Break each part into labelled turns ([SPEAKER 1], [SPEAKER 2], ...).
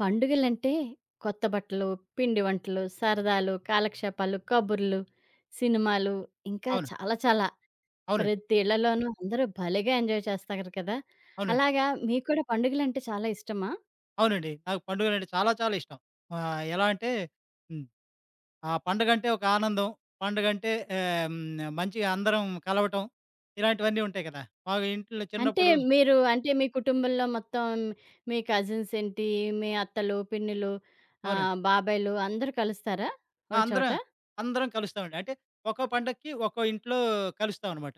[SPEAKER 1] పండుగలంటే కొత్త బట్టలు, పిండి వంటలు, సరదాలు, కాలక్షేపాలు, కబుర్లు, సినిమాలు ఇంకా
[SPEAKER 2] అవును.
[SPEAKER 1] చాలా చాలా.
[SPEAKER 2] అవునండి.
[SPEAKER 1] ప్రతి ఇళ్లలోనూ అందరూ భలేగా ఎంజాయ్ చేస్తారు కదా!
[SPEAKER 2] అవునండి.
[SPEAKER 1] అలాగా మీకు కూడా పండుగలంటే చాలా ఇష్టమా?
[SPEAKER 2] అవునండి, నాకు పండుగలంటే చాలా చాలా ఇష్టం. ఎలా అంటే హ్మ్. ఆ పండగంటే ఒక ఆనందం. పండగంటే ఆహ్, హ్మ్. మంచిగా అందరం కలవటం ఇలాంటివన్నీ ఉంటాయి కదా! బాగా ఇంట్లో
[SPEAKER 1] అంటే
[SPEAKER 2] చిన్నప్పుడు
[SPEAKER 1] మీరు అంటే మీ కుటుంబంలో మొత్తం మీ కజిన్స్ ఏంటి, మీ అత్తలు, పిన్నులు,
[SPEAKER 2] అవునండి.
[SPEAKER 1] బాబాయిలు అందరూ కలుస్తారా
[SPEAKER 2] ఆ!
[SPEAKER 1] ఒక చోట?
[SPEAKER 2] అందరం కలుస్తామండి. అంటే ఒక్కో పండక్కి ఒక్కో ఇంట్లో కలుస్తామనమాట.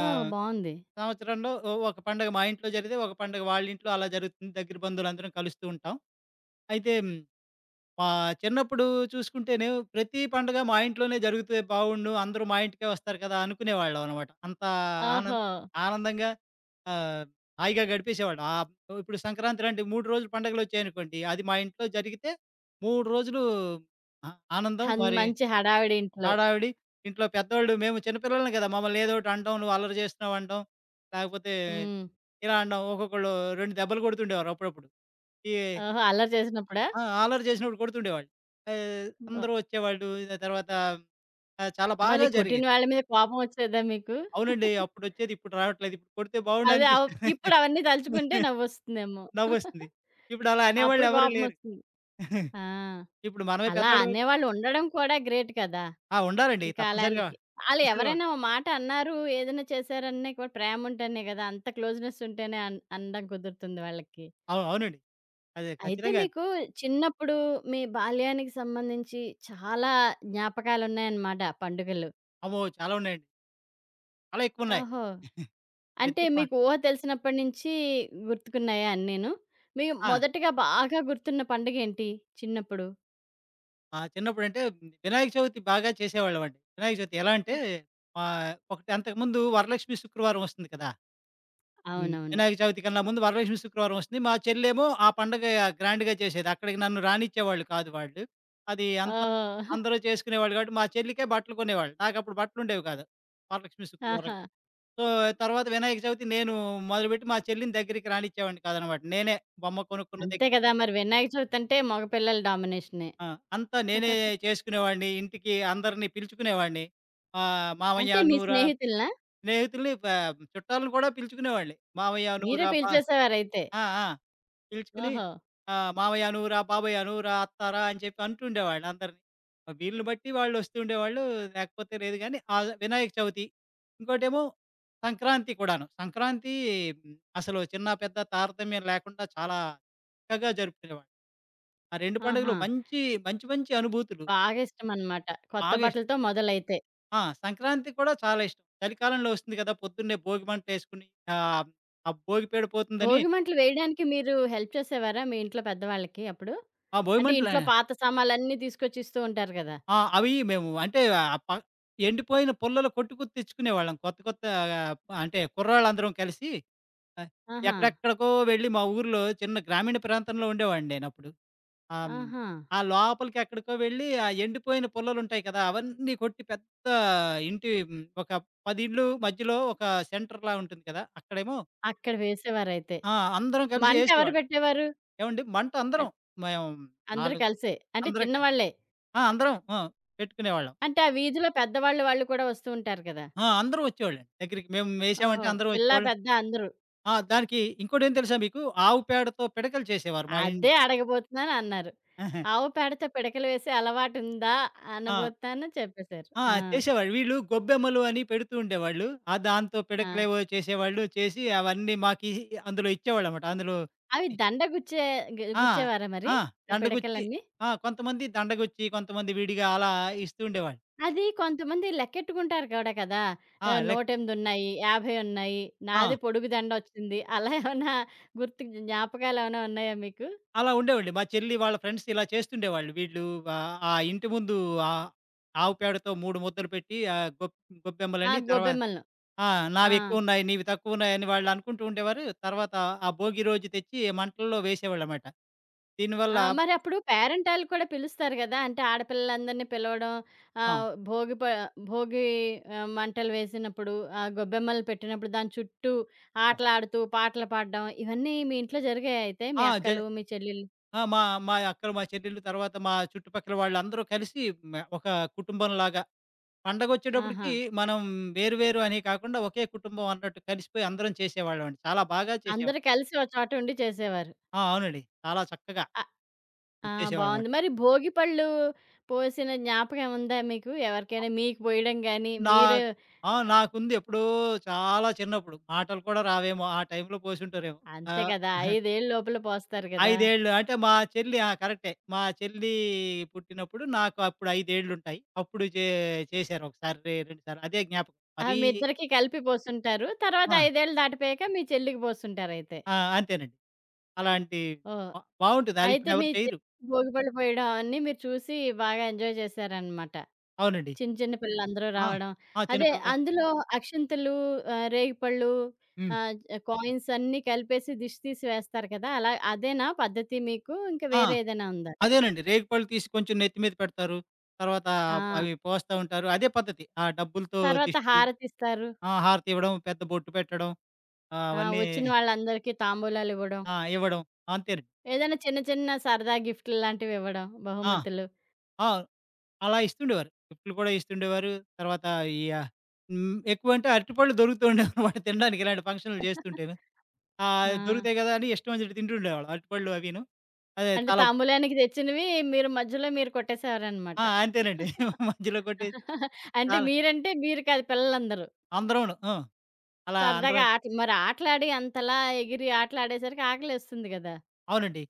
[SPEAKER 1] ఓహ్!
[SPEAKER 2] ఆహ్,
[SPEAKER 1] బావుంది.
[SPEAKER 2] సంవత్సరంలో ఒక పండగ మా ఇంట్లో జరిగితే, ఒక పండగ వాళ్ళ ఇంట్లో అలా జరుగుతుంది. దగ్గర బంధువులందరం కలుస్తూ ఉంటాం. అయితే మా చిన్నప్పుడు చూసుకుంటేనే ప్రతి పండుగ మా ఇంట్లోనే జరుగుతే బావుండు, అందరూ మా ఇంటికే వస్తారు కదా! అనుకునేవాళ్ళం అనమాట. అంత ఆనంద్
[SPEAKER 1] ఓహో!
[SPEAKER 2] ఆనందంగా ఆహ్, హాయిగా గడిపేసేవాళ్ళం. ఇప్పుడు సంక్రాంతి లాంటి 3 రోజులు పండుగలొచ్చాయనుకోండి. అది మా ఇంట్లో జరిగితే 3 రోజులు ఆ! ఆనందం
[SPEAKER 1] హన్
[SPEAKER 2] మరి
[SPEAKER 1] మంచి హడావిడి ఇంట్లో.
[SPEAKER 2] హడావిడి. ఇంట్లో పెద్దోళ్ళు, మేము చిన్న పిల్లలం కదా! మమ్మల్ని ఏదో ఒకటి అనడం, "నువ్వు అల్లరి చేస్తున్నావు" అనడం. లేకపోతే
[SPEAKER 1] హ్మ్.
[SPEAKER 2] ఇలా అనడం. ఒక్కొక్కళ్ళు 2 దెబ్బలు కొడుతుండేవారు అప్పుడప్పుడు. ఈ
[SPEAKER 1] ఓహో! అల్లరి చేసినప్పుడా?
[SPEAKER 2] ఆ! అల్లరి చేసినప్పుడు కొడుతుండేవాళ్ళు.
[SPEAKER 1] బా
[SPEAKER 2] అందరూ వచ్చేవాళ్ళు. ఇగ తర్వాత చాలా బాగా
[SPEAKER 1] మరి కొట్టిన
[SPEAKER 2] జరిగేది.
[SPEAKER 1] వాళ్ళ మీద కోపం వచ్చేదా మీకు?
[SPEAKER 2] అవునండి, అప్పుడొచ్చేది ఇప్పుడు రావట్లేదు. ఇప్పుడు కొడితే బావుండు
[SPEAKER 1] అదే అవ్
[SPEAKER 2] అనిపిస్తుంది.
[SPEAKER 1] ఇప్పుడు అవన్నీ తలుచుకుంటే నవ్వొస్తుందేమో.
[SPEAKER 2] నవ్వొస్తుంది. ఇప్పుడు అలా అనేవాళ్ళు
[SPEAKER 1] అప్పుడు
[SPEAKER 2] ఎవరు లేరు.
[SPEAKER 1] కోపమొస్తుంది. ఆ!
[SPEAKER 2] ఇప్పుడు మనమే
[SPEAKER 1] అలా
[SPEAKER 2] పెద్దోళ్ళం.
[SPEAKER 1] అనేవాళ్ళు ఉండడం కూడా గ్రేట్ కదా!
[SPEAKER 2] ఆ! ఉండాలండి,
[SPEAKER 1] ఈ
[SPEAKER 2] తప్పనిసరిగా.
[SPEAKER 1] కాలానికి. ఆళ్ళు
[SPEAKER 2] తప్పనిసరిగా
[SPEAKER 1] ఎవరైనా
[SPEAKER 2] ఉండాలి.
[SPEAKER 1] ఓ మాట అన్నారు, ఏదైనా చేశారన్నా కూడా ప్రేముంటేనే కదా! అంత క్లోజ్‌నెస్ ఉంటేనే అనడం కుదురుతుంది వాళ్ళకి.
[SPEAKER 2] అవును. అవునండి. అదే,
[SPEAKER 1] అయితే
[SPEAKER 2] ఖచ్చితంగా.
[SPEAKER 1] మీకు చిన్నప్పుడు మీ బాల్యానికి సంబంధించి చాలా జ్ఞాపకాలున్నాయన్నమాట పండుగలు.
[SPEAKER 2] అమ్మో! చాలా ఉన్నాయండి. చాలా ఎక్కువున్నాయి.
[SPEAKER 1] ఓహో! అంటే
[SPEAKER 2] ప్రతి ప
[SPEAKER 1] మీకు ఊహ తెలిసినప్పటి నుంచి గుర్తుకున్నాయా అన్నీను? మీ
[SPEAKER 2] ఆ!
[SPEAKER 1] మొదటగా బాగా గుర్తున్న పండగేంటి చిన్నప్పుడు?
[SPEAKER 2] మా చిన్నప్పుడంటే వినాయక చవితి బాగా చేసేవాళ్ళమండి. వినాయక చవితి ఎలా అంటే ఒకటి అంతకుముందు వరలక్ష్మి శుక్రవారం వస్తుంది కదా!
[SPEAKER 1] అవునవును.
[SPEAKER 2] వినాయక చవితి కన్నా ముందు వరలక్ష్మి శుక్రవారం వస్తుంది. మా చెల్లేమో ఆ పండగ గ్రాండ్‌గా చేసేది. అక్కడికి నన్ను రానిచ్చేవాళ్ళు కాదు వాళ్ళు. అది అంతా
[SPEAKER 1] ఓహ్!
[SPEAKER 2] అందరూ చేసుకునేవాళ్ళు కాబట్టి మా చెల్లికే బట్టలు కొనేవాళ్ళు. నాకప్పుడు బట్టలుండేవి కాదు వరలక్ష్మి శుక్రవారం.
[SPEAKER 1] ఆహా!
[SPEAKER 2] సో, తర్వాత వినాయక చవితి నేను మొదలుపెట్టి మా చెల్లిని దగ్గరికి రానిచ్చేవాడిని కాదనమాట. నేనే బొమ్మ కొనుక్కున్న
[SPEAKER 1] అంతే
[SPEAKER 2] దగ్గర
[SPEAKER 1] కదా! మరి వినాయక చవితి అంటే మగ పిల్లల డామినేషనే.
[SPEAKER 2] ఆ! అంతా నేనే చేసుకునేవాడిని. ఇంటికి అందరిని పిలుచుకునేవాడిని. మామయ్య,
[SPEAKER 1] అంటే మీ
[SPEAKER 2] నువ్వు రా,
[SPEAKER 1] స్నేహితులనా?
[SPEAKER 2] స్నేహితుల్ని ప చుట్టాలను కూడా పిలుచుకునేవాడిని. మామయ్య నువ్వు
[SPEAKER 1] మీరే
[SPEAKER 2] రా పా,
[SPEAKER 1] పిలిచేసేవారైతే.
[SPEAKER 2] ఆ! ఆ! పిలుచుకుని
[SPEAKER 1] ఓహో!
[SPEAKER 2] మామయ్య నువ్వురా, బాబాయ్య నువ్వురా, అత్తారా అని చెప్పి అంటుండేవాళ్ళు అందరిని. వీళ్ళని బట్టి వాళ్ళు వస్తుండేవాళ్ళు. లేకపోతే లేదు గానీ వినాయక చవితి, ఇంకోటేమో సంక్రాంతి కూడాను. సంక్రాంతి అసలు చిన్న పెద్ద తారతమ్యం లేకుండా చాలా చక్కగా జరుపుకునేవాళ్ళు. ఆ 2 పండుగలు
[SPEAKER 1] ఆహా!
[SPEAKER 2] మంచి, మంచి అనుభూతులు.
[SPEAKER 1] బాగా ఇష్టమనమాట. కొత్త
[SPEAKER 2] బాగా ఇష్టం.
[SPEAKER 1] బట్టలతో మొదలైతే.
[SPEAKER 2] ఆ! సంక్రాంతి కూడా చాలా ఇష్టం. చలికాలంలో వస్తుంది కదా! పొద్దున్నే భోగిమంటలేసుకొని ఆహ్, ఆ ఆ భోగి పేడ పోతుందని
[SPEAKER 1] భోగి మంటలు వేయడానికి మీరు హెల్ప్ చేసేవారా మీ ఇంట్లో పెద్దవాళ్ళకి అప్పుడు?
[SPEAKER 2] ఆ
[SPEAKER 1] అంటే
[SPEAKER 2] భోగిమంటల
[SPEAKER 1] ఇంట్లో పాత సామాన్లన్నీ తీసుకొచ్చి ఇస్తూ ఉంటారు కదా!
[SPEAKER 2] ఆ! అవి మేము అంటే ఆహ్, ప ఎండిపోయిన పుల్లలు కొట్టుకు తెచ్చుకునేవాళ్ళం. కొత్త కొత్త అంటే కుర్రాళ్ళందరం కలిసి ఆహ్,
[SPEAKER 1] ఆహా!
[SPEAKER 2] ఎక్కడెక్కడికో వెళ్ళి మా ఊర్లో చిన్న గ్రామీణ ప్రాంతంలో ఉండేవాడిని నేనప్పుడు. ఆహ్, హ్మ్.
[SPEAKER 1] ఆహా!
[SPEAKER 2] ఆ లోపలికి ఎక్కడికో వెళ్ళి ఆ ఎండిపోయిన పుల్లలుంటాయి కదా! అవన్నీ కొట్టి పెద్ద ఒక 10 ఇళ్ళు మధ్యలో ఒక సెంటర్‌లా ఉంటుంది కదా! అక్కడేమో
[SPEAKER 1] అక్కడ వేసేవారైతే.
[SPEAKER 2] ఆ! అందరం కలిసి
[SPEAKER 1] మంట ఎవరు
[SPEAKER 2] ఏసేవాళ్ళం.
[SPEAKER 1] పెట్టేవారు?
[SPEAKER 2] ఏవండీ, మంట అందరం,
[SPEAKER 1] అన్
[SPEAKER 2] మేము
[SPEAKER 1] అందరూ
[SPEAKER 2] 4,
[SPEAKER 1] కలిసే. అంటే
[SPEAKER 2] అందరం కలిసి
[SPEAKER 1] చిన్నవాళ్ళే.
[SPEAKER 2] ఆ! అందరం ఆ! పెట్టుకునేవాళ్ళం.
[SPEAKER 1] అంటే ఆ వీధిలో పెద్దవాళ్ళు వాళ్ళు కూడా వస్తూ ఉంటారు కదా!
[SPEAKER 2] ఆ! అందరూ వచ్చేవాళ్ళండి. దగ్గరికి మేము
[SPEAKER 1] ఓహో!
[SPEAKER 2] వేసామంటే అందరూ
[SPEAKER 1] పిల్లా,
[SPEAKER 2] వచ్చేవాళ్ళు.
[SPEAKER 1] పెద్ద అందరూ.
[SPEAKER 2] ఆ! దానికి ఇంకోటేం తెలుసా మీకు? ఆవు పేడతో పిడకలు చేసేవారు మా ఇం
[SPEAKER 1] అదే అడగబోతున్నాను అన్నారు. ఆవు పేడతో పిడకలు వేసే అలవాటుందా
[SPEAKER 2] ఆ!
[SPEAKER 1] అనబోతున్నాను చెప్పేసారు.
[SPEAKER 2] ఆ!
[SPEAKER 1] ఆ!
[SPEAKER 2] చేసేవాళ్ళు. వీళ్ళు గొబ్బెమ్మలు అని పెడుతూ ఉండేవాళ్ళు. ఆ దాంతో
[SPEAKER 1] ఆ!
[SPEAKER 2] పిడకలేవో చేసేవాళ్ళు. చేసి అవన్నీ మాకి అందులో ఇచ్చేవాళ్ళన్నమాట. అందులో
[SPEAKER 1] అవి దండ గుచ్చే గు
[SPEAKER 2] ఆ!
[SPEAKER 1] గుచ్చేవారా మరి?
[SPEAKER 2] ఆ!
[SPEAKER 1] ఆ
[SPEAKER 2] దండగుచ్చి,
[SPEAKER 1] పిడకలన్నీ?
[SPEAKER 2] ఆ! కొంతమంది దండగుచ్చి, కొంతమంది విడిగా అలా ఇస్తూ ఉండేవాళ్ళు.
[SPEAKER 1] అది కొంతమంది లెక్కెట్టుకుంటారు కూడా కదా!
[SPEAKER 2] ఆ! లైక్,
[SPEAKER 1] 108 ఉన్నాయి, 50 ఉన్నాయి,
[SPEAKER 2] ఆ!
[SPEAKER 1] నాది పొడుగు దండొచ్చింది. అలా ఏమన్నా గుర్తు జ్ఞాపకాలేమైనా ఉన్నాయా మీకు?
[SPEAKER 2] అలా ఉండేవండి. మా చెల్లి వాళ్ళ ఫ్రెండ్స్ ఇలా చేస్తుండేవాళ్ళు. వీళ్ళు ఆ ఇంటి ముందు ఆహ్, ఆవు పేడతో 3 ముద్దలు పెట్టి, ఆహ్, గొబ్
[SPEAKER 1] ఆ!
[SPEAKER 2] గొబ్బెమ్మలని
[SPEAKER 1] గోబెమ్మలను.
[SPEAKER 2] ఆ!
[SPEAKER 1] ఆ!
[SPEAKER 2] నావెక్కువున్నాయి, నీవి తక్కువున్నాయని వాళ్ళు అనుకుంటూ ఉండేవారు. తర్వాత ఆ భోగి రోజు తెచ్చి మంటల్లో వేసేవాళ్ళనమాట. దీనివల్ల
[SPEAKER 1] ఆ! మరప్పుడు పేరంటాలు కూడా పిలుస్తారు గదా! అంటే ఆడపిల్లలందరిని పిలవడం,
[SPEAKER 2] ఆ!
[SPEAKER 1] ఆహ్, భోగి ప భోగి మంటలు వేసినప్పుడు, ఆ గొబ్బెమ్మలు పెట్టినప్పుడు దాని చుట్టూ
[SPEAKER 2] ఆ!
[SPEAKER 1] ఆటలాడుతూ, పాటలు పాడడం ఇవన్నీ మీ ఇంట్లో జరిగాయా అయితే? మీ
[SPEAKER 2] ఆ! జ
[SPEAKER 1] అక్కలు, మీ చెల్లెలు
[SPEAKER 2] ఆ! మా మా అక్కలు, మా చెల్లెళ్ళు, తర్వాత మా చుట్టుపక్కల వాళ్ళందరూ కలిసి ఒక కుటుంబంలాగా
[SPEAKER 1] ఆహా!
[SPEAKER 2] పండగొచ్చేటప్పటికి మనం వేరు వేరు అని కాకుండా ఒకే కుటుంబం అన్నట్టు కలిసిపోయి అందరం చేసేవాళ్ళమండి. చాలా బాగా
[SPEAKER 1] అందరూ
[SPEAKER 2] చేసేవాళ్ళం.
[SPEAKER 1] కలిసి ఒక చోట ఉండి చేసేవారు.
[SPEAKER 2] ఆ! అవునండి, చాలా చక్కగా
[SPEAKER 1] ఆ!
[SPEAKER 2] చేసేవాడనమాట.
[SPEAKER 1] బావుంది. మరి భోగి పళ్ళు పోసిన జ్ఞాపకం ఉందా మీకు? ఎవరికైనా
[SPEAKER 2] ఆహ్,
[SPEAKER 1] మీకు పోయడం గాని,
[SPEAKER 2] నా
[SPEAKER 1] మీరు
[SPEAKER 2] ఆ! నాకుంది ఎప్పుడో చాలా చిన్నప్పుడు. మాటలు కూడా రావేమో, ఆ టైంలో పోసుంటారేమో.
[SPEAKER 1] అంతే
[SPEAKER 2] ఆహ్,
[SPEAKER 1] కదా! 5 ఏళ్ళు లోపల పోస్తారు కదా!
[SPEAKER 2] 5 ఏళ్ళు అంటే మా చెల్లి ఆ! కరెక్టే. మా చెల్లి పుట్టినప్పుడు నాకు అప్పుడు 5 ఏళ్లుంటాయి. అప్పుడు చేశారు ఒకసారి, 2 సార్లు అదే జ్ఞాపకం.
[SPEAKER 1] ఆ!
[SPEAKER 2] మరీ
[SPEAKER 1] మీ ఇద్దరికీ కలిపి పోసుంటారు. తర్వాత
[SPEAKER 2] ఆ!
[SPEAKER 1] 5 ఏళ్ళు దాటిపోయాక మీ చెల్లికి పోసుంటారయితే.
[SPEAKER 2] ఆ! అంతేనండి. అలాంటి
[SPEAKER 1] ఓహ్!
[SPEAKER 2] బా బావుంటది. అది
[SPEAKER 1] అయితే
[SPEAKER 2] ఇప్పుడు
[SPEAKER 1] మీ
[SPEAKER 2] ఎవరు చేయరు.
[SPEAKER 1] చెల్లికి భోగి పళ్ళు పోయడం అవన్నీ మీరు చూసి బాగా ఎంజాయ్ చేశారనమాట.
[SPEAKER 2] అవునండి.
[SPEAKER 1] చిన్న చిన్న పిల్లలందరూ
[SPEAKER 2] ఆ!
[SPEAKER 1] రావడం.
[SPEAKER 2] ఆ!
[SPEAKER 1] అదే
[SPEAKER 2] చిన్నపిల్లలు.
[SPEAKER 1] అందులో అక్షింతలు, రేగిపళ్ళు,
[SPEAKER 2] హ్మ్.
[SPEAKER 1] ఆహ్, కాయిన్స్ అన్నీ కలిపేసి దిష్టి తీసి వేస్తారు కదా! అలా అదేనా పద్ధతి మీకు? ఇంకా
[SPEAKER 2] ఆ!
[SPEAKER 1] వేరే ఏదైనా ఉందా?
[SPEAKER 2] అదేనండి, రేగిపళ్ళు తీసి కొంచెం నెత్తి మీద పెడతారు. తర్వాత
[SPEAKER 1] ఆ!
[SPEAKER 2] అవి పోస్తా ఉంటారు. అదే పద్ధతి. ఆ డబ్బులతో
[SPEAKER 1] తర్వాత
[SPEAKER 2] దిష్టి తీయడం,
[SPEAKER 1] హారతిస్తారు.
[SPEAKER 2] ఆ! హారతి ఇవ్వడం, పెద్ద బొట్టు పెట్టడం,
[SPEAKER 1] ఆ!
[SPEAKER 2] అవన్నీ,
[SPEAKER 1] వచ్చిన వాళ్ళందరికీ తాంబూలాలివ్వడం.
[SPEAKER 2] ఆ! ఇవ్వడం. అంతేనండి.
[SPEAKER 1] ఏదైనా చిన్న చిన్న సరదా గిఫ్టులు లాంటివివ్వడం,
[SPEAKER 2] ఆ!
[SPEAKER 1] బహుమతులు.
[SPEAKER 2] ఆ! అలా ఇస్తుండేవారు. గిఫ్టులు కూడా ఇస్తుండేవారు. తర్వాత ఈ ఆహ్, హ్మ్. ఎక్కువంటే అరటిపళ్ళు దొరుకుతూ ఉండేవన్నమాట తినడానికి, ఇలాంటి ఫంక్షన్‌లు చేస్తుంటేను.
[SPEAKER 1] ఆ!
[SPEAKER 2] దొరుకుతాయి కదా! అని ఇష్టం వచ్చినట్టు తింటుండేవాళ్ళం. అరటిపళ్ళు అవీను. అదే
[SPEAKER 1] అంటే
[SPEAKER 2] చాలా
[SPEAKER 1] తాంబూలానికి తెచ్చినవి మీరు మధ్యలో కొట్టేసేవారనమాట.
[SPEAKER 2] ఆ! అంతేనండి. మధ్యలో కొట్టేసి
[SPEAKER 1] అంటే
[SPEAKER 2] చాలా
[SPEAKER 1] మీరంటే కాదు పిల్లలందరూ.
[SPEAKER 2] అందరూను. ఆ! అలా
[SPEAKER 1] సరదాగా
[SPEAKER 2] అందరం.
[SPEAKER 1] ఆట మరి ఆటలాడి అంతలా ఎగిరి ఆటలాడేసరికి ఆకలేస్తుంది గదా!
[SPEAKER 2] అవునండి.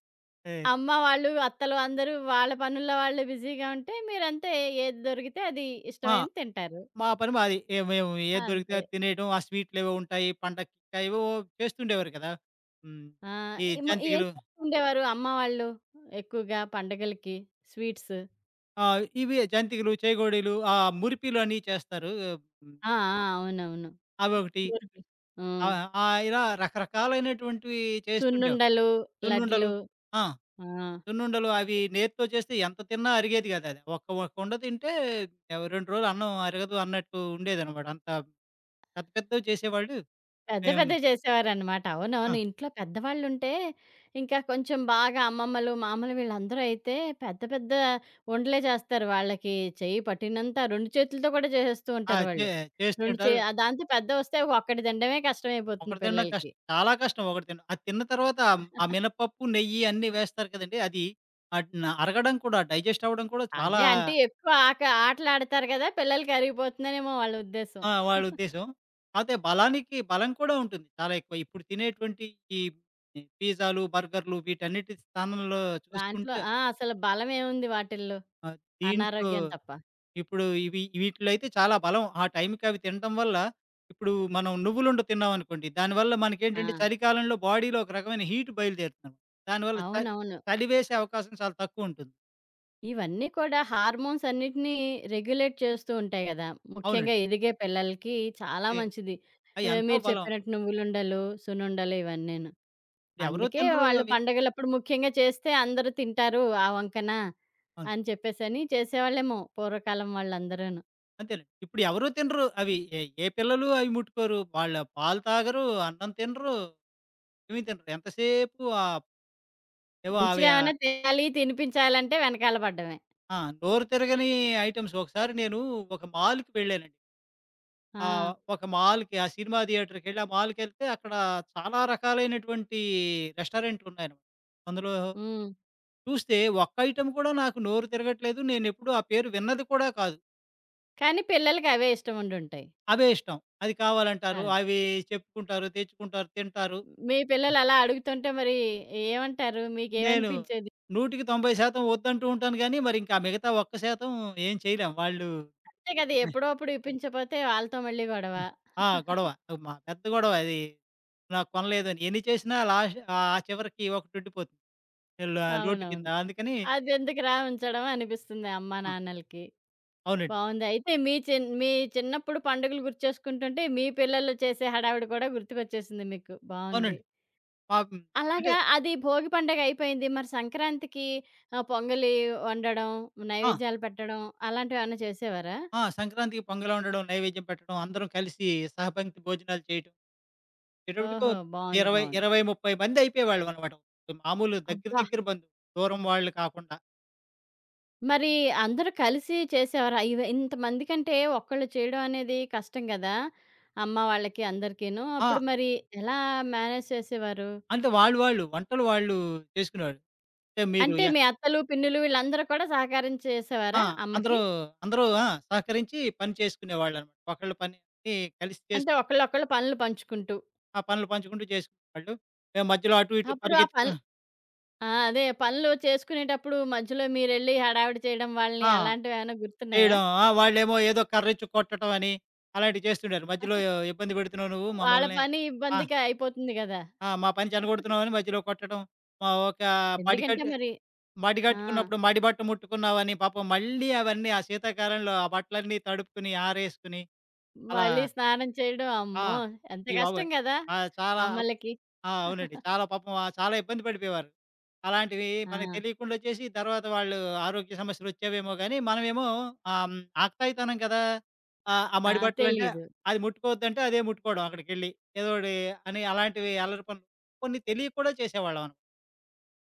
[SPEAKER 2] ఏ
[SPEAKER 1] అమ్మ వాళ్ళు, అత్తలు అందరూ వాళ్ళ పనుల్లో వాళ్ళు బిజీగా ఉంటే మీరంతే ఏది దొరికితే అది
[SPEAKER 2] ఆ!
[SPEAKER 1] ఇష్టమైంది తింటారు.
[SPEAKER 2] మా పని మాది. మేము ఏది దొరికితే
[SPEAKER 1] అంతే.
[SPEAKER 2] అది తినేయటం. ఆ స్వీట్‌లేవో ఉంటాయి. పండక్కింకా ఏవేవో చేస్తుండేవారు కదా! హ్మ్.
[SPEAKER 1] ఆ!
[SPEAKER 2] ఈ
[SPEAKER 1] ఏమో ఏం
[SPEAKER 2] జంతికలు,
[SPEAKER 1] చేస్తూ ఉండేవారు అమ్మ వాళ్ళు ఎక్కువగా పండగలకి స్వీట్స్?
[SPEAKER 2] ఆ! ఇవి జంతికలు, చేగోడీలు, మురిపిలు అని చేస్తారు. హ్మ్.
[SPEAKER 1] ఆ! ఆ! అవునవును.
[SPEAKER 2] అవొకటి.
[SPEAKER 1] మురుకులు. హ్మ్.
[SPEAKER 2] ఆహ్, ఆహ్, ఇలా రకరకాలైనటువంటివి చేస్తుండేవారు.
[SPEAKER 1] సున్నుండలు, లడ్లు.
[SPEAKER 2] సున్నుండలు. ఆ!
[SPEAKER 1] ఆ!
[SPEAKER 2] సున్నుండలు అవి నేతితో చేస్తే ఎంత తిన్నా అరిగేది కాదది. ఒక ఉండ తింటే 2 రోజులు అన్నం అరగదు అన్నట్టు ఉండేదనమాట. అంత పెద్ద పెద్దవి చేసేవాళ్ళు.
[SPEAKER 1] పెద్ద
[SPEAKER 2] మేము
[SPEAKER 1] పెద్దవి చేసేవారనమాట.
[SPEAKER 2] ఆ!
[SPEAKER 1] అవునవును. ఇంట్లో పెద్దవాళ్ళుంటే, ఇంకా కొంచెం బాగా అమ్మమ్మలు, మామలు వీళ్ళందరూ అయితే పెద్ద పెద్ద ఉండలే చేస్తారు. వాళ్ళకి చెయ్యి పట్టినంత 2 చేతులతో కూడా చేసేస్తూ
[SPEAKER 2] ఆ!
[SPEAKER 1] ఉంటారు వాళ్ళు. 2 చే
[SPEAKER 2] చేస్తుంటారు.
[SPEAKER 1] ఆ దాంతో పెద్దవొస్తే ఒక్కటి తినడమే కష్టమైపోతుంది
[SPEAKER 2] ఒకటి తినడం
[SPEAKER 1] పిల్లలకి.
[SPEAKER 2] కష్టం. చాలా కష్టం ఒకటి తినడం. అది తిన్న తర్వాత ఆ ఆ మినపప్పు, నెయ్యి అన్నీ వేస్తారు కదండీ! అది అట్నా అరగడం కూడా, డైజెస్ట్ అవ్వడం కూడా
[SPEAKER 1] అదే
[SPEAKER 2] చాలా
[SPEAKER 1] అంటే ఎక్కువ ఆక ఆటలాడతారు కదా! పిల్లలకి అరిగిపోతుందనేమో వాళ్ళ ఉద్దేశం.
[SPEAKER 2] ఆ! వాళ్ళ ఉద్దేశ్యం. కాపోతే బలానికి బలం కూడా ఉంటుంది చాలా ఎక్కువ. ఇప్పుడు తినేటువంటి ఈ పిజ్జాలు, బర్గర్‌లు వీటన్నిటి స్థానంలో
[SPEAKER 1] దాంట్లో
[SPEAKER 2] చూసుకుంటే
[SPEAKER 1] ఆ! అసలు బలమేముంది వాటిల్లో?
[SPEAKER 2] దీంట్లో
[SPEAKER 1] అనారోగ్యం తప్ప.
[SPEAKER 2] ఇప్పుడు ఇవి వీటిలో అయితే చాలా బలం. ఆ టైంకి అవి తినటం వల్ల ఇప్పుడు మనం నువ్వులుండ తిన్నామనుకోండి, దానివల్ల
[SPEAKER 1] ఆ!
[SPEAKER 2] మనకేంటంటే చలికాలంలో బాడీలో ఒక రకమైన హీట్ బయలుదేరుతుందనమాట. దానివల్ల
[SPEAKER 1] అవునవును.
[SPEAKER 2] చలి వేసే అవకాశం చాలా తక్కువుంటుంది.
[SPEAKER 1] ఇవన్నీ కూడా హార్మోన్స్ అన్నిటిని రెగ్యులేట్ చేస్తూ ఉంటాయి గదా! ముఖ్యంగా
[SPEAKER 2] అవునండి.
[SPEAKER 1] ఎదిగే పిల్లలకి చాలా
[SPEAKER 2] తి
[SPEAKER 1] మంచిది.
[SPEAKER 2] అయి ఎంతో
[SPEAKER 1] మీరు
[SPEAKER 2] బలం.
[SPEAKER 1] చెప్పినట్టు నువ్వులుండలు, సునుండలు ఇవన్నీను.
[SPEAKER 2] ఎవరు
[SPEAKER 1] అందుకే
[SPEAKER 2] తినరు
[SPEAKER 1] వాళ్ళు
[SPEAKER 2] అవి.
[SPEAKER 1] పండగలప్పుడు ముఖ్యంగా చేస్తే అందరూ తింటారు ఆ వంకన
[SPEAKER 2] అవును.
[SPEAKER 1] అని చెప్పేసని చేసేవాళ్ళేమో పూర్వకాలం వాళ్ళందరూను.
[SPEAKER 2] అంతేనండి. ఇప్పుడు ఎవరు తినరు అవి. ఏ ఏ పిల్లలు అవి ముట్టుకోరు. వాళ్ళ పాలు తాగరు, అన్నం తినరు, ఏమి తినరు. ఎంతసేపు ఏవో అవి ఆ!
[SPEAKER 1] మంచివేమైనా తినాలి, తినిపించాలంటే వెనకాల పడ్డమే.
[SPEAKER 2] ఆ, నోరు తిరగని ఐటెమ్స్. ఒకసారి నేను ఒక మాల్‌కి వెళ్ళానండి.
[SPEAKER 1] ఆ!
[SPEAKER 2] ఆ! ఒక మాల్‌కి, ఆ సినిమా థియేటర్‌కెళ్ళి, ఆ మాల్‌కెళ్తే అక్కడ చాలా రకాలైనటువంటి రెస్టారెంట్లున్నాయనమాట. అందులో
[SPEAKER 1] హ్మ్.
[SPEAKER 2] చూస్తే ఒక్క ఐటెమ్ కూడా నాకు నోరు తిరగట్లేదు. నేనెప్పుడూ ఆ పేరు విన్నది కూడా కాదు.
[SPEAKER 1] కానీ పిల్లలకి అవే ఇష్టముండుంటాయి.
[SPEAKER 2] అవే ఇష్టం. అది కావాలంటారు.
[SPEAKER 1] అది.
[SPEAKER 2] అవి చెప్పుకుంటారు, తెచ్చుకుంటారు, తింటారు.
[SPEAKER 1] మీ పిల్లలు అలా అడుగుతుంటే మరి ఏమంటారు?
[SPEAKER 2] నేను
[SPEAKER 1] మీకేమనిపించేది?
[SPEAKER 2] 100కి 90% వద్దంటూ ఉంటాను గానీ, మరింకా మిగతా ఒక్క శాతం ఏం చేయలేం. వాళ్ళు
[SPEAKER 1] అంతే కదా! ఎప్పుడో అప్పుడు ఇప్పించపోతే వాళ్ళతో మళ్ళీ గొడవ.
[SPEAKER 2] ఆ! గొడవ. మా పెద్ద గొడవ అది. నాకు కొనలేదని. ఎన్ని చేసినా లాస్ట్, ఆ చివరికి ఒకటుండిపోతుంది. ఇలా లోటు కింద.
[SPEAKER 1] అవునవును.
[SPEAKER 2] అందుకని
[SPEAKER 1] అదెందుకురా ఉంచడం అనిపిస్తుంది అమ్మా,
[SPEAKER 2] ఆ!
[SPEAKER 1] నాన్నలకి.
[SPEAKER 2] అవునండి.
[SPEAKER 1] బావుంది. అయితే మీ చిన్నప్పుడు పండుగలు గుర్తుచేసుకుంటుంటే, మీ పిల్లలు చేసే హడావిడి కూడా గుర్తుకొచ్చేసింది మీకు. బావుంది.
[SPEAKER 2] అవునండి. పాపం. అంటే
[SPEAKER 1] అలాగా అది భోగి పండగ అయిపోయింది. మరి సంక్రాంతికి పొంగలి వండడం,
[SPEAKER 2] ఆ!
[SPEAKER 1] నైవేద్యాలు పెట్టడం అలాంటివేమన్నా చేసేవారా?
[SPEAKER 2] ఆ! సంక్రాంతికి పొంగల్ వండడం, నైవేద్యం పెట్టడం, అందరం కలిసి సహపంక్తి భోజనాలు చేయటం. వచ్చేటప్పటికి
[SPEAKER 1] ఓహో! బావుంది. బావుంది.
[SPEAKER 2] 20, 30 మంది అయిపోయేవాళ్ళమనమాట. మామూలు దగ్గర
[SPEAKER 1] అబ్బా!
[SPEAKER 2] దగ్గర బంధువులు. దూరం వాళ్ళు కాకుండా.
[SPEAKER 1] మరి అందరూ కలిసి చేసేవారా? ఇవి ఇంతమందికంటే ఒక్కళ్ళు చేయడం అనేది కష్టం గదా! అమ్మ వాళ్ళకి అందరికీను.
[SPEAKER 2] ఆ!
[SPEAKER 1] అప్పుడు మరి ఎలా మేనేజ్ చేసేవారు?
[SPEAKER 2] అంటే వాళ్ళు వాళ్ళు వంటలు వాళ్ళు చేసుకునేవాళ్ళు. అంటే మీరు
[SPEAKER 1] అంటే
[SPEAKER 2] య
[SPEAKER 1] మీ అత్తలు, పిన్నులు వీళ్ళందరూ కూడా సహకారం
[SPEAKER 2] ఆ!
[SPEAKER 1] చేసేవారా అమ్మకి?
[SPEAKER 2] అందరూ అందరూ ఆ! సహకరించి పని చేసుకునేవాళ్ళనమాట. ఒకళ్ళ పని కలిసి
[SPEAKER 1] అంటే
[SPEAKER 2] చేసుకుని
[SPEAKER 1] ఒకళ్ళొకళ్ళు పనులు పంచుకుంటూ.
[SPEAKER 2] ఆ పనులు పంచుకుంటూ చేసుకునేవాళ్ళు. మేము మధ్యలో అటు ఇటు
[SPEAKER 1] అప్పుడు ఆ
[SPEAKER 2] పరిగెత్తుకు
[SPEAKER 1] పనులు ఆ! అదే పనులు చేసుకునేటప్పుడు మధ్యలో మీరెళ్లి హడావిడి చేయడం వాళ్ళని
[SPEAKER 2] ఆ!
[SPEAKER 1] అలాంటివేమైనా గుర్తున్నాయా?
[SPEAKER 2] చేయడం. ఆ! వాళ్ళేమో ఏదో కర్రిచ్చి కొట్టటం అని, అలాంటివి చేస్తుండారు. మధ్యలో ఇబ్బంది పెడుతున్నావు నువ్వు
[SPEAKER 1] వాళ్ళ
[SPEAKER 2] మమ్మల్ని.
[SPEAKER 1] పని
[SPEAKER 2] ఆ!
[SPEAKER 1] ఇబ్బందిగా అయిపోతుంది గదా!
[SPEAKER 2] ఆ! మా పని చెడగొడుతున్నావని మధ్యలో కొట్టడం. మా ఒక మడి
[SPEAKER 1] ఎందుకంటే
[SPEAKER 2] కట్టు
[SPEAKER 1] మరి
[SPEAKER 2] మడి
[SPEAKER 1] ఆ!
[SPEAKER 2] కట్టుకున్నప్పుడు మడి బట్ట ముట్టుకున్నావని పాపం మళ్ళీ అవన్నీ ఆ శీతాకాలంలో ఆ బట్టలన్నీ తడుపుకొని, ఆరేసుకొని అలా
[SPEAKER 1] మళ్ళీ స్నానం చేయడం
[SPEAKER 2] ఆ!
[SPEAKER 1] అమ్మో! ఎంత
[SPEAKER 2] అయ్య బాబోయ్!
[SPEAKER 1] కష్టం గదా!
[SPEAKER 2] ఆ! చాలా
[SPEAKER 1] అమ్మలకి.
[SPEAKER 2] ఆ! అవునండి. చాలా పాపం చాలా ఇబ్బంది పడిపోయేవారు. అలాంటివి
[SPEAKER 1] ఆ!
[SPEAKER 2] మనకు తెలియకుండా చేసి తర్వాత వాళ్ళు ఆరోగ్య సమస్యలొచ్చేవేమో గానీ, మనమేమో ఆహ్, హ్మ్, ఆక్తాయితనం కదా! ఆ
[SPEAKER 1] ఆ!
[SPEAKER 2] మడి బట్టలంటే
[SPEAKER 1] తెలీదు.
[SPEAKER 2] అది ముట్టుకోవద్దంటే అదే ముట్టుకోవడం అక్కడికెళ్ళి. ఏదోటి అని అలాంటివి అల్లరి పనులు కొన్ని తెలియక కూడా చేసేవాళ్ళం అన్నమాట.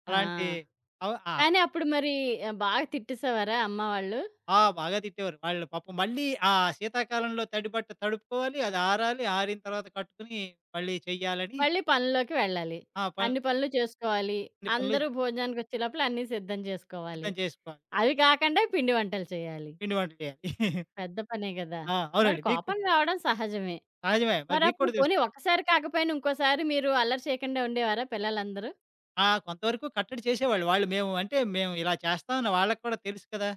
[SPEAKER 1] ఆ!
[SPEAKER 2] అలాంటి అవ్ ఆ!
[SPEAKER 1] కానీ అప్పుడు మరి బాగా తిట్టేసేవారా అమ్మ వాళ్ళు?
[SPEAKER 2] ఆ! బాగా తిట్టేవారు. వాళ్ళు పాపం మళ్ళీ ఆ శీతాకాలంలో తడి బట్ట తడుపుకోవాలి, అది ఆరాలి, ఆరిన తర్వాత కట్టుకొని మళ్ళీ చెయ్యాలని
[SPEAKER 1] మళ్ళీ పనుల్లోకి వెళ్ళాలి.
[SPEAKER 2] ఆ! పనులు.
[SPEAKER 1] అన్ని పనులు చేసుకోవాలి.
[SPEAKER 2] అన్ని పనులు
[SPEAKER 1] అందరూ భోజనానికొచ్చే లోపల అన్నీ సిద్ధం చేసుకోవాలి.
[SPEAKER 2] సిద్ధం చేసుకోవాలి.
[SPEAKER 1] అవి కాకుండా పిండి వంటలు చేయాలి.
[SPEAKER 2] పిండి వంటలు చేయాలి.
[SPEAKER 1] పెద్ద పనే గదా!
[SPEAKER 2] ఆ!
[SPEAKER 1] మరి
[SPEAKER 2] అవునండి. మీకు
[SPEAKER 1] కోపం రావడం సహజమే.
[SPEAKER 2] సహజమే. మరి మీకు
[SPEAKER 1] మరప్పుడు
[SPEAKER 2] కూడా తెలుసు.
[SPEAKER 1] పోనీ ఒక్కసారి కాకపోయినా ఇంకోసారి మీరు అల్లరి చేయకుండా ఉండేవారా పిల్లలందరూ?
[SPEAKER 2] ఆ! కొంతవరకు కట్టడి చేసేవాళ్ళు. వాళ్ళు, మేము అంటే మేము ఇలా చేస్తామని వాళ్ళకి కూడా తెలుసు కదా!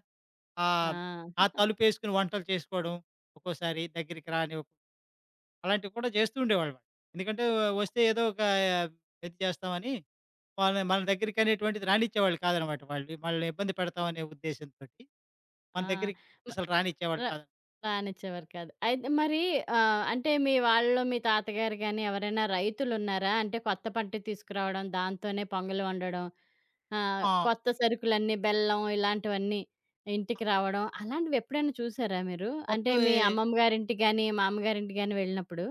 [SPEAKER 2] ఆహ్,
[SPEAKER 1] ఆ!
[SPEAKER 2] ఆ తలుపేసుకొని వంటలు చేసుకోవడం, ఒక్కోసారి దగ్గరికి రానివ్వకుండా అలాంటివి కూడా చేస్తూ ఉండేవాళ్ళు. ఎందుకంటే వస్తే ఏదో ఒక ఇది చేస్తామని వాళ్ళని మన దగ్గరికి అనేటువంటిది రానిచ్చేవాళ్ళు కాదనమాట వాళ్ళు. వాళ్ళని ఇబ్బంది పెడతామనే ఉద్దేశ్యంతోటి మన
[SPEAKER 1] ఆ!
[SPEAKER 2] దగ్గరికి అసలు
[SPEAKER 1] ర
[SPEAKER 2] రానిచ్చేవాళ్ళు కాదు.
[SPEAKER 1] రానిచ్చేవారు కాదు. అయితే మరి అంటే మీ వాళ్ళలో మీ తాతగారు గాని ఎవరైనా రైతులున్నారా? అంటే కొత్త పంట తీసుకురావడం, దాంతోనే పొంగలు వండడం,
[SPEAKER 2] ఆ!
[SPEAKER 1] కొత్త సరుకులన్నీ బెల్లం ఇలాంటివన్నీ ఇంటికి రావడం, అలాంటివి ఎప్పుడైనా చూసారా మీరు? అంటే
[SPEAKER 2] కొత్తవి
[SPEAKER 1] మీ అమ్మమ్మ గారింటికి గాని, మామగారింటికి గాని వెళ్ళినప్పుడు?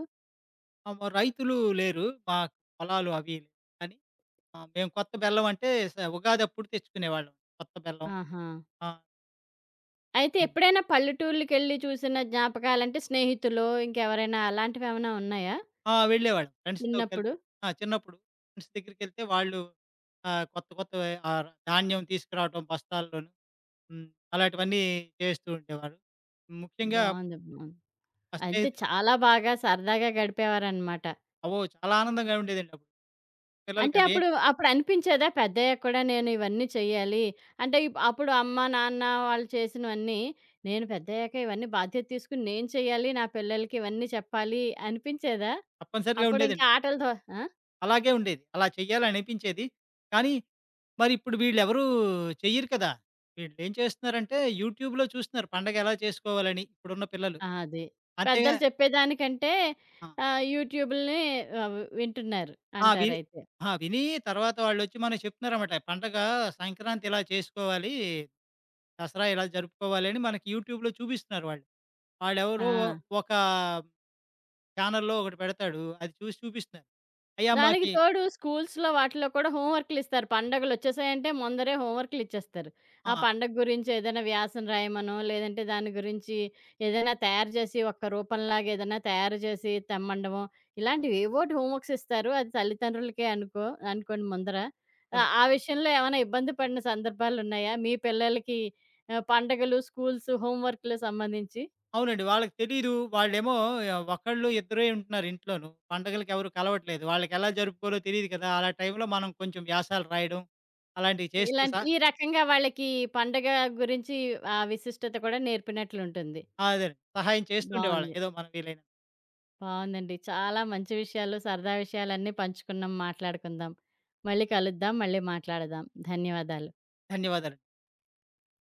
[SPEAKER 2] రైతులు లేరు. మాకు పొలాలు అవి కానీ ఆ! మేము కొత్త బెల్లం అంటే ఉగాదప్పుడు తెచ్చుకునేవాళ్ళం. కొత్త బెల్లం.
[SPEAKER 1] ఆహా!
[SPEAKER 2] ఆ!
[SPEAKER 1] అయితే
[SPEAKER 2] హ్మ్.
[SPEAKER 1] ఎప్పుడైనా పల్లెటూర్లకెళ్ళి చూసిన జ్ఞాపకాలంటే స్నేహితులో ఇంకెవరైనా అలాంటివేమైనా ఉన్నాయా?
[SPEAKER 2] ఆ! వెళ్ళేవాళ్ళం ఫ్రెండ్స్‌తో కలిసి.
[SPEAKER 1] చిన్నప్పుడు?
[SPEAKER 2] ఆ! చిన్నప్పుడు ఫ్రెండ్స్ దగ్గరికెళ్తే వాళ్ళు కొత్త కొత్తవి ధాన్యం తీసుకురావటం బస్తాల్లోను. హ్మ్. అలాంటివన్నీ చేస్తూ ఉండేవారు. ముఖ్యంగా
[SPEAKER 1] బావుంది. బావుంది.
[SPEAKER 2] మా
[SPEAKER 1] అయితే
[SPEAKER 2] స్నేహితుడు
[SPEAKER 1] చాలా బాగా సరదాగా గడిపేవారనమాట.
[SPEAKER 2] అబ్బో! చాలా ఆనందంగా ఉండేదండి అప్పుడు. పిల్లలకి
[SPEAKER 1] అంటే
[SPEAKER 2] అవేం
[SPEAKER 1] అప్పుడనిపించేదా పెద్దయ్యాక కూడా నేను ఇవన్నీ చెయ్యాలి. అంటే అప్పుడు అమ్మ, నాన్న వాళ్ళు చేసినవన్నీ నేను పెద్దయ్యాక ఇవన్నీ బాధ్యత తీసుకొని నేను చెయ్యాలి. నా పిల్లలకి ఇవన్నీ చెప్పాలి అనిపించేదా?
[SPEAKER 2] తప్పనిసరిగా
[SPEAKER 1] అప్పుడింకా
[SPEAKER 2] ఉండేదండి.
[SPEAKER 1] ఆటలతో ఆ!
[SPEAKER 2] అలాగే ఉండేది. అలా చేయాలనిపించేది. కానీ, మరిప్పుడు వీళ్ళెవరూ చెయ్యరు కదా! వీళ్ళేం చేస్తున్నారంటే, యూట్యూబ్‌లో చూస్తున్నారు పండగ ఎలా చేసుకోవాలని ఇప్పుడున్న పిల్లలు.
[SPEAKER 1] ఆ! అది.
[SPEAKER 2] అంతేగా.
[SPEAKER 1] పెద్దలు చెప్పేదానికంటే
[SPEAKER 2] ఆ!
[SPEAKER 1] యూట్యూబుల్ని వింటున్నారు
[SPEAKER 2] ఆ! వి
[SPEAKER 1] అంటారైతే.
[SPEAKER 2] ఆ! విని తర్వాత వాళ్ళొచ్చి మనకు చెప్తున్నారన్నమాట. పండగ సంక్రాంతి ఇలా చేసుకోవాలి, దసరా ఇలా జరుపుకోవాలి అని మనకి యూట్యూబ్‌లో చూపిస్తున్నారు వాళ్ళు.
[SPEAKER 1] ఆ!
[SPEAKER 2] వాడెవరో ఒక ఛానెల్‌లో ఒకటి పెడతాడు. అది చూసి చూపిస్తున్నారు. అయ్యా!
[SPEAKER 1] దానికి
[SPEAKER 2] మాకి
[SPEAKER 1] తోడు స్కూల్స్‌లో వాటిలో కూడా హోంవర్క్‌లిస్తారు. పండగలొచ్చేసాయంటే ముందరే హోంవర్క్‌లిచ్చేస్తారు. ఆ
[SPEAKER 2] ఆ!
[SPEAKER 1] పండగ గురించి ఏదైనా వ్యాసం రాయమనో, లేదంటే దాని గురించి ఏదైనా తయారు చేసి ఒక రూపంలాగా ఏదైనా తయారు చేసి తెమ్మండమో, ఇలాంటివి ఏవోటి హోంవర్క్స్ ఇస్తారు. అది తల్లిదండ్రులకే అనుకోండి ముందర. ఆ విషయంలో ఏమైనా ఇబ్బంది పడిన సందర్భాలున్నాయా? మీ పిల్లలకి పండగలు, స్కూల్స్, హోంవర్క్‌లు సంబంధించి?
[SPEAKER 2] అవునండి. వాళ్ళకి తెలీదు. వాళ్ళేమో ఒకళ్ళు ఇద్దరే ఉంటున్నారు ఇంట్లోను. పండగలకి ఎవరు కలవట్లేదు. వాళ్ళకెలా జరుపుకోవాలో తెలీదు కదా! అలాంటి టైంలో మనం కొంచెం వ్యాసాలు రాయడం, అలాంటివి చేస్తూ
[SPEAKER 1] ఇలాంటి ఈ రకంగా వాళ్ళకి పండగ గురించి ఆ విశిష్టత కూడా నేర్పినట్లుంటుంది.
[SPEAKER 2] ఆ! అదేనండి. సహాయం చేస్తుండేవాళ్ళం.
[SPEAKER 1] బావుంది.
[SPEAKER 2] ఏదో మనం వీలైనంత.
[SPEAKER 1] బావుందండి. చాలా మంచి విషయాలు, సరదా విషయాలన్నీ పంచుకున్నాం, మాట్లాడుకుందాం. మళ్ళీ కలుద్దాం. మళ్ళీ మాట్లాడదాం. ధన్యవాదాలు.
[SPEAKER 2] ధన్యవాదాలండి.